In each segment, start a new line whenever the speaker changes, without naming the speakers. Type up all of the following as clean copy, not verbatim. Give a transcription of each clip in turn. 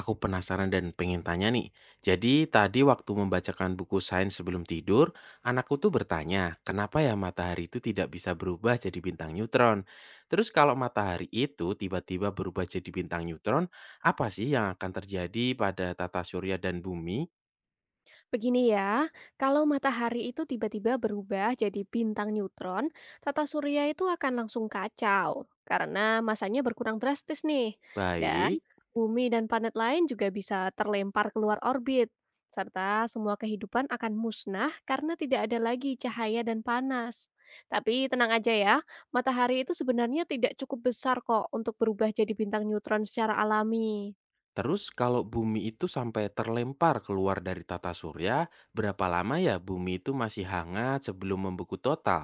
Aku penasaran dan pengen tanya nih. Jadi tadi waktu membacakan buku sains sebelum tidur, anakku tuh bertanya, kenapa ya matahari itu tidak bisa berubah jadi bintang neutron? Terus kalau matahari itu tiba-tiba berubah jadi bintang neutron, apa sih yang akan terjadi pada tata surya dan bumi?
Begini ya, kalau matahari itu tiba-tiba berubah jadi bintang neutron, tata surya itu akan langsung kacau karena masanya berkurang drastis nih. Dan
Baik,
bumi dan planet lain juga bisa terlempar keluar orbit, serta semua kehidupan akan musnah karena tidak ada lagi cahaya dan panas. Tapi tenang aja ya, matahari itu sebenarnya tidak cukup besar kok untuk berubah jadi bintang neutron secara alami.
terus kalau bumi itu sampai terlempar keluar dari tata surya, berapa lama ya bumi itu masih hangat sebelum membeku total?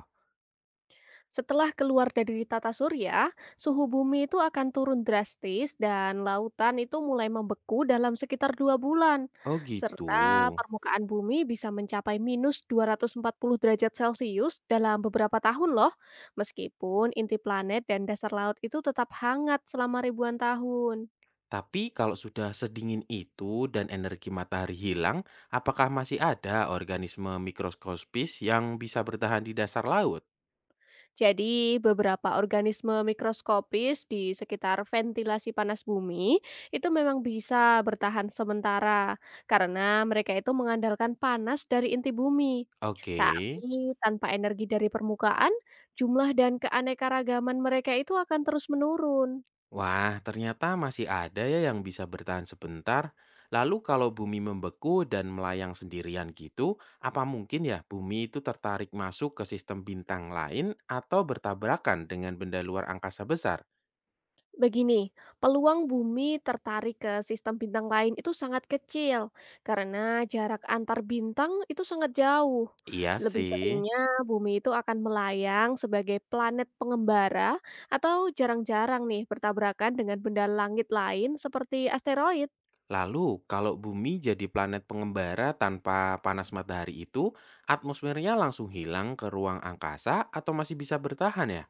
Setelah keluar dari tata surya, suhu bumi itu akan turun drastis dan lautan itu mulai membeku dalam sekitar 2 bulan.
Oh gitu.
Serta permukaan bumi bisa mencapai minus 240 derajat Celcius dalam beberapa tahun loh. Meskipun inti planet dan dasar laut itu tetap hangat selama ribuan tahun.
Tapi kalau sudah sedingin itu dan energi matahari hilang, apakah masih ada organisme mikroskopis yang bisa bertahan di dasar laut?
Jadi, beberapa organisme mikroskopis di sekitar ventilasi panas bumi itu memang bisa bertahan sementara karena mereka itu mengandalkan panas dari inti bumi.
Oke.
Tapi tanpa energi dari permukaan, jumlah dan keanekaragaman mereka itu akan terus menurun.
Wah, ternyata masih ada ya yang bisa bertahan sebentar. Lalu kalau bumi membeku dan melayang sendirian gitu, apa mungkin ya bumi itu tertarik masuk ke sistem bintang lain atau bertabrakan dengan benda luar angkasa besar?
Begini, peluang bumi tertarik ke sistem bintang lain itu sangat kecil karena jarak antar bintang itu sangat jauh.
Iya
Lebih
sih.
seringnya bumi itu akan melayang sebagai planet pengembara atau jarang-jarang nih bertabrakan dengan benda langit lain seperti asteroid.
Lalu, kalau bumi jadi planet pengembara tanpa panas matahari itu, atmosfernya langsung hilang ke ruang angkasa atau masih bisa bertahan ya?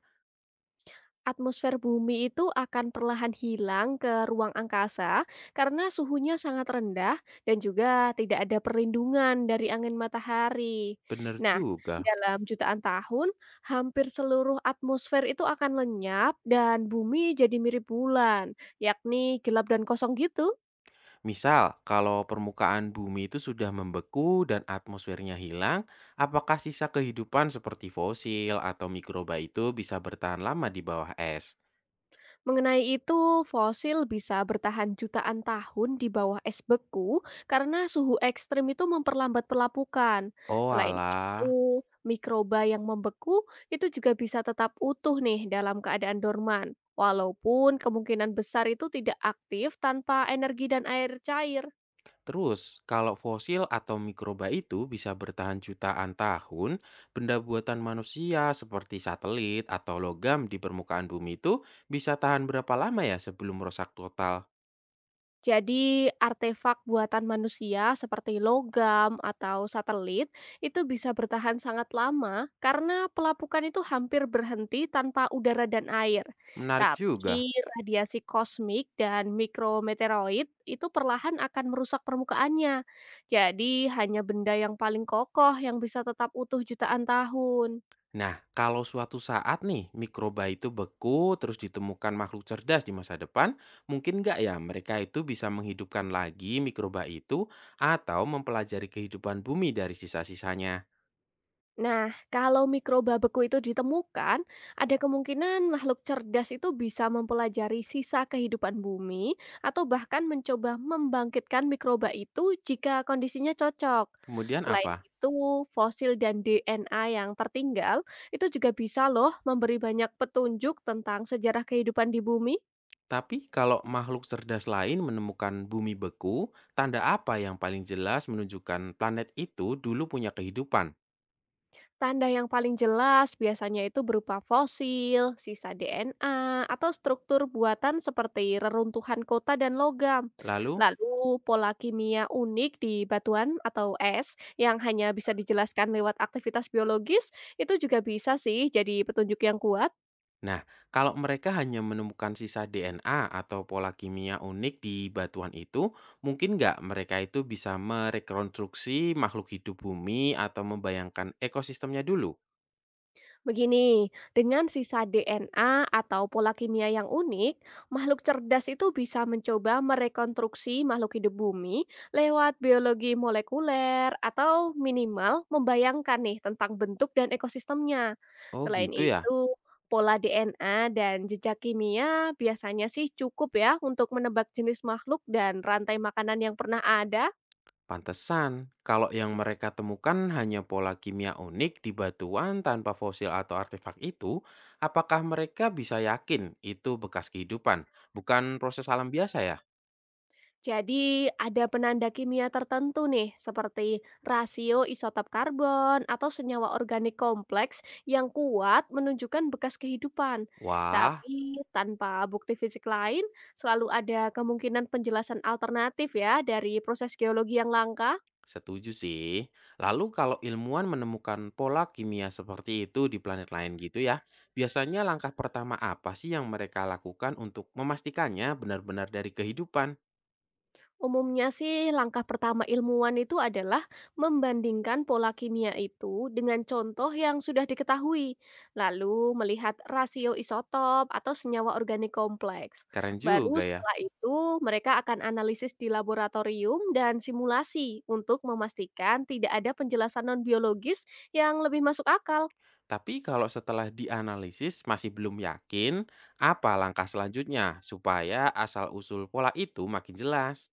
Atmosfer bumi itu akan perlahan hilang ke ruang angkasa karena suhunya sangat rendah dan juga tidak ada perlindungan dari angin matahari.
Bener
Nah,
juga.
dalam jutaan tahun, hampir seluruh atmosfer itu akan lenyap dan bumi jadi mirip bulan, yakni gelap dan kosong gitu.
Misal, kalau permukaan bumi itu sudah membeku dan atmosfernya hilang, apakah sisa kehidupan seperti fosil atau mikroba itu bisa bertahan lama di bawah es?
Mengenai itu, fosil bisa bertahan jutaan tahun di bawah es beku karena suhu ekstrim itu memperlambat pelapukan.
Oh
Selain itu,
alah.
mikroba yang membeku itu juga bisa tetap utuh nih dalam keadaan dorman, walaupun kemungkinan besar itu tidak aktif tanpa energi dan air cair.
Terus, kalau fosil atau mikroba itu bisa bertahan jutaan tahun, benda buatan manusia seperti satelit atau logam di permukaan bumi itu bisa tahan berapa lama ya sebelum rusak total?
Jadi, artefak buatan manusia seperti logam atau satelit itu bisa bertahan sangat lama karena pelapukan itu hampir berhenti tanpa udara dan air.
Menarik juga.
Tapi radiasi kosmik dan mikrometeoroid itu perlahan akan merusak permukaannya. Jadi hanya benda yang paling kokoh yang bisa tetap utuh jutaan tahun.
Nah, kalau suatu saat nih mikroba itu beku terus ditemukan makhluk cerdas di masa depan, mungkin nggak ya mereka itu bisa menghidupkan lagi mikroba itu atau mempelajari kehidupan bumi dari sisa-sisanya?
Nah, kalau mikroba beku itu ditemukan, ada kemungkinan makhluk cerdas itu bisa mempelajari sisa kehidupan bumi atau bahkan mencoba membangkitkan mikroba itu jika kondisinya cocok.
Kemudian
Selain
apa?
itu, fosil dan DNA yang tertinggal itu juga bisa loh memberi banyak petunjuk tentang sejarah kehidupan di bumi.
Tapi kalau makhluk cerdas lain menemukan bumi beku, tanda apa yang paling jelas menunjukkan planet itu dulu punya kehidupan?
Tanda yang paling jelas biasanya itu berupa fosil, sisa DNA, atau struktur buatan seperti reruntuhan kota dan logam.
Lalu,
Lalu pola kimia unik di batuan atau es yang hanya bisa dijelaskan lewat aktivitas biologis itu juga bisa sih jadi petunjuk yang kuat.
nah, kalau mereka hanya menemukan sisa DNA atau pola kimia unik di batuan itu, mungkin nggak mereka itu bisa merekonstruksi makhluk hidup bumi atau membayangkan ekosistemnya dulu?
Begini, dengan sisa DNA atau pola kimia yang unik, makhluk cerdas itu bisa mencoba merekonstruksi makhluk hidup bumi lewat biologi molekuler atau minimal membayangkan nih tentang bentuk dan ekosistemnya.
Oh
Selain
gitu ya?
itu, pola DNA dan jejak kimia biasanya sih cukup ya untuk menebak jenis makhluk dan rantai makanan yang pernah ada.
Pantesan, kalau yang mereka temukan hanya pola kimia unik di batuan tanpa fosil atau artefak itu, apakah mereka bisa yakin itu bekas kehidupan, bukan proses alam biasa ya?
Jadi ada penanda kimia tertentu nih seperti rasio isotop karbon atau senyawa organik kompleks yang kuat menunjukkan bekas kehidupan.
Wah,
Tapi tanpa bukti fisik lain, selalu ada kemungkinan penjelasan alternatif ya dari proses geologi yang langka.
setuju sih. Lalu kalau ilmuwan menemukan pola kimia seperti itu di planet lain gitu ya, biasanya langkah pertama apa sih yang mereka lakukan untuk memastikannya benar-benar dari kehidupan?
Umumnya sih langkah pertama ilmuwan itu adalah membandingkan pola kimia itu dengan contoh yang sudah diketahui, lalu melihat rasio isotop atau senyawa organik kompleks.
Keren
Baru
juga ya.
setelah itu mereka akan analisis di laboratorium dan simulasi untuk memastikan tidak ada penjelasan non biologis yang lebih masuk akal.
Tapi kalau setelah dianalisis masih belum yakin, apa langkah selanjutnya supaya asal-usul pola itu makin jelas?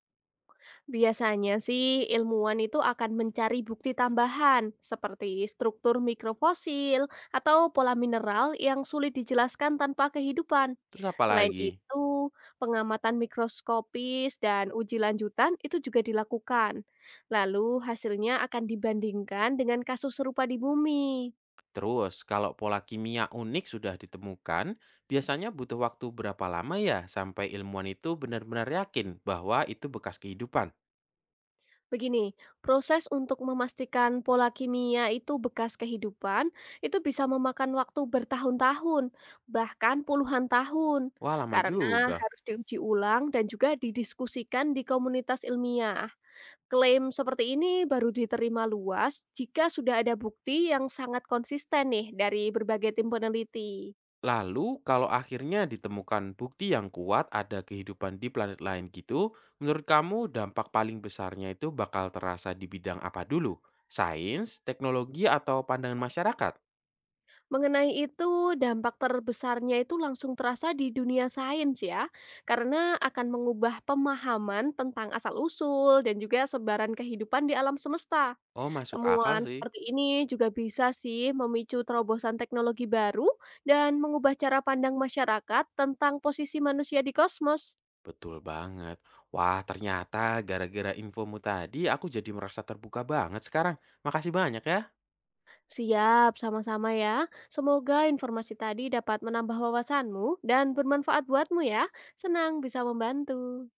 Biasanya sih ilmuwan itu akan mencari bukti tambahan seperti struktur mikrofosil atau pola mineral yang sulit dijelaskan tanpa kehidupan.
Terus apa
Selain
lagi?
itu, pengamatan mikroskopis dan uji lanjutan itu juga dilakukan. Lalu hasilnya akan dibandingkan dengan kasus serupa di bumi.
Terus kalau pola kimia unik sudah ditemukan, biasanya butuh waktu berapa lama ya sampai ilmuwan itu benar-benar yakin bahwa itu bekas kehidupan?
Begini, proses untuk memastikan pola kimia itu bekas kehidupan itu bisa memakan waktu bertahun-tahun, bahkan puluhan tahun,
Wah, lama
karena
juga.
harus diuji ulang dan juga didiskusikan di komunitas ilmiah. Klaim seperti ini baru diterima luas jika sudah ada bukti yang sangat konsisten nih dari berbagai tim peneliti.
Lalu, kalau akhirnya ditemukan bukti yang kuat ada kehidupan di planet lain gitu, menurut kamu dampak paling besarnya itu bakal terasa di bidang apa dulu? Sains, teknologi, atau pandangan masyarakat?
Mengenai itu, dampak terbesarnya itu langsung terasa di dunia sains ya, karena akan mengubah pemahaman tentang asal-usul dan juga sebaran kehidupan di alam semesta.
Oh, masuk akal
Temuan
sih.
seperti ini juga bisa sih memicu terobosan teknologi baru dan mengubah cara pandang masyarakat tentang posisi manusia di kosmos.
Betul banget. Wah, ternyata gara-gara infomu tadi aku jadi merasa terbuka banget sekarang. Makasih banyak ya.
Siap, sama-sama ya. Semoga informasi tadi dapat menambah wawasanmu dan bermanfaat buatmu ya. Senang bisa membantu.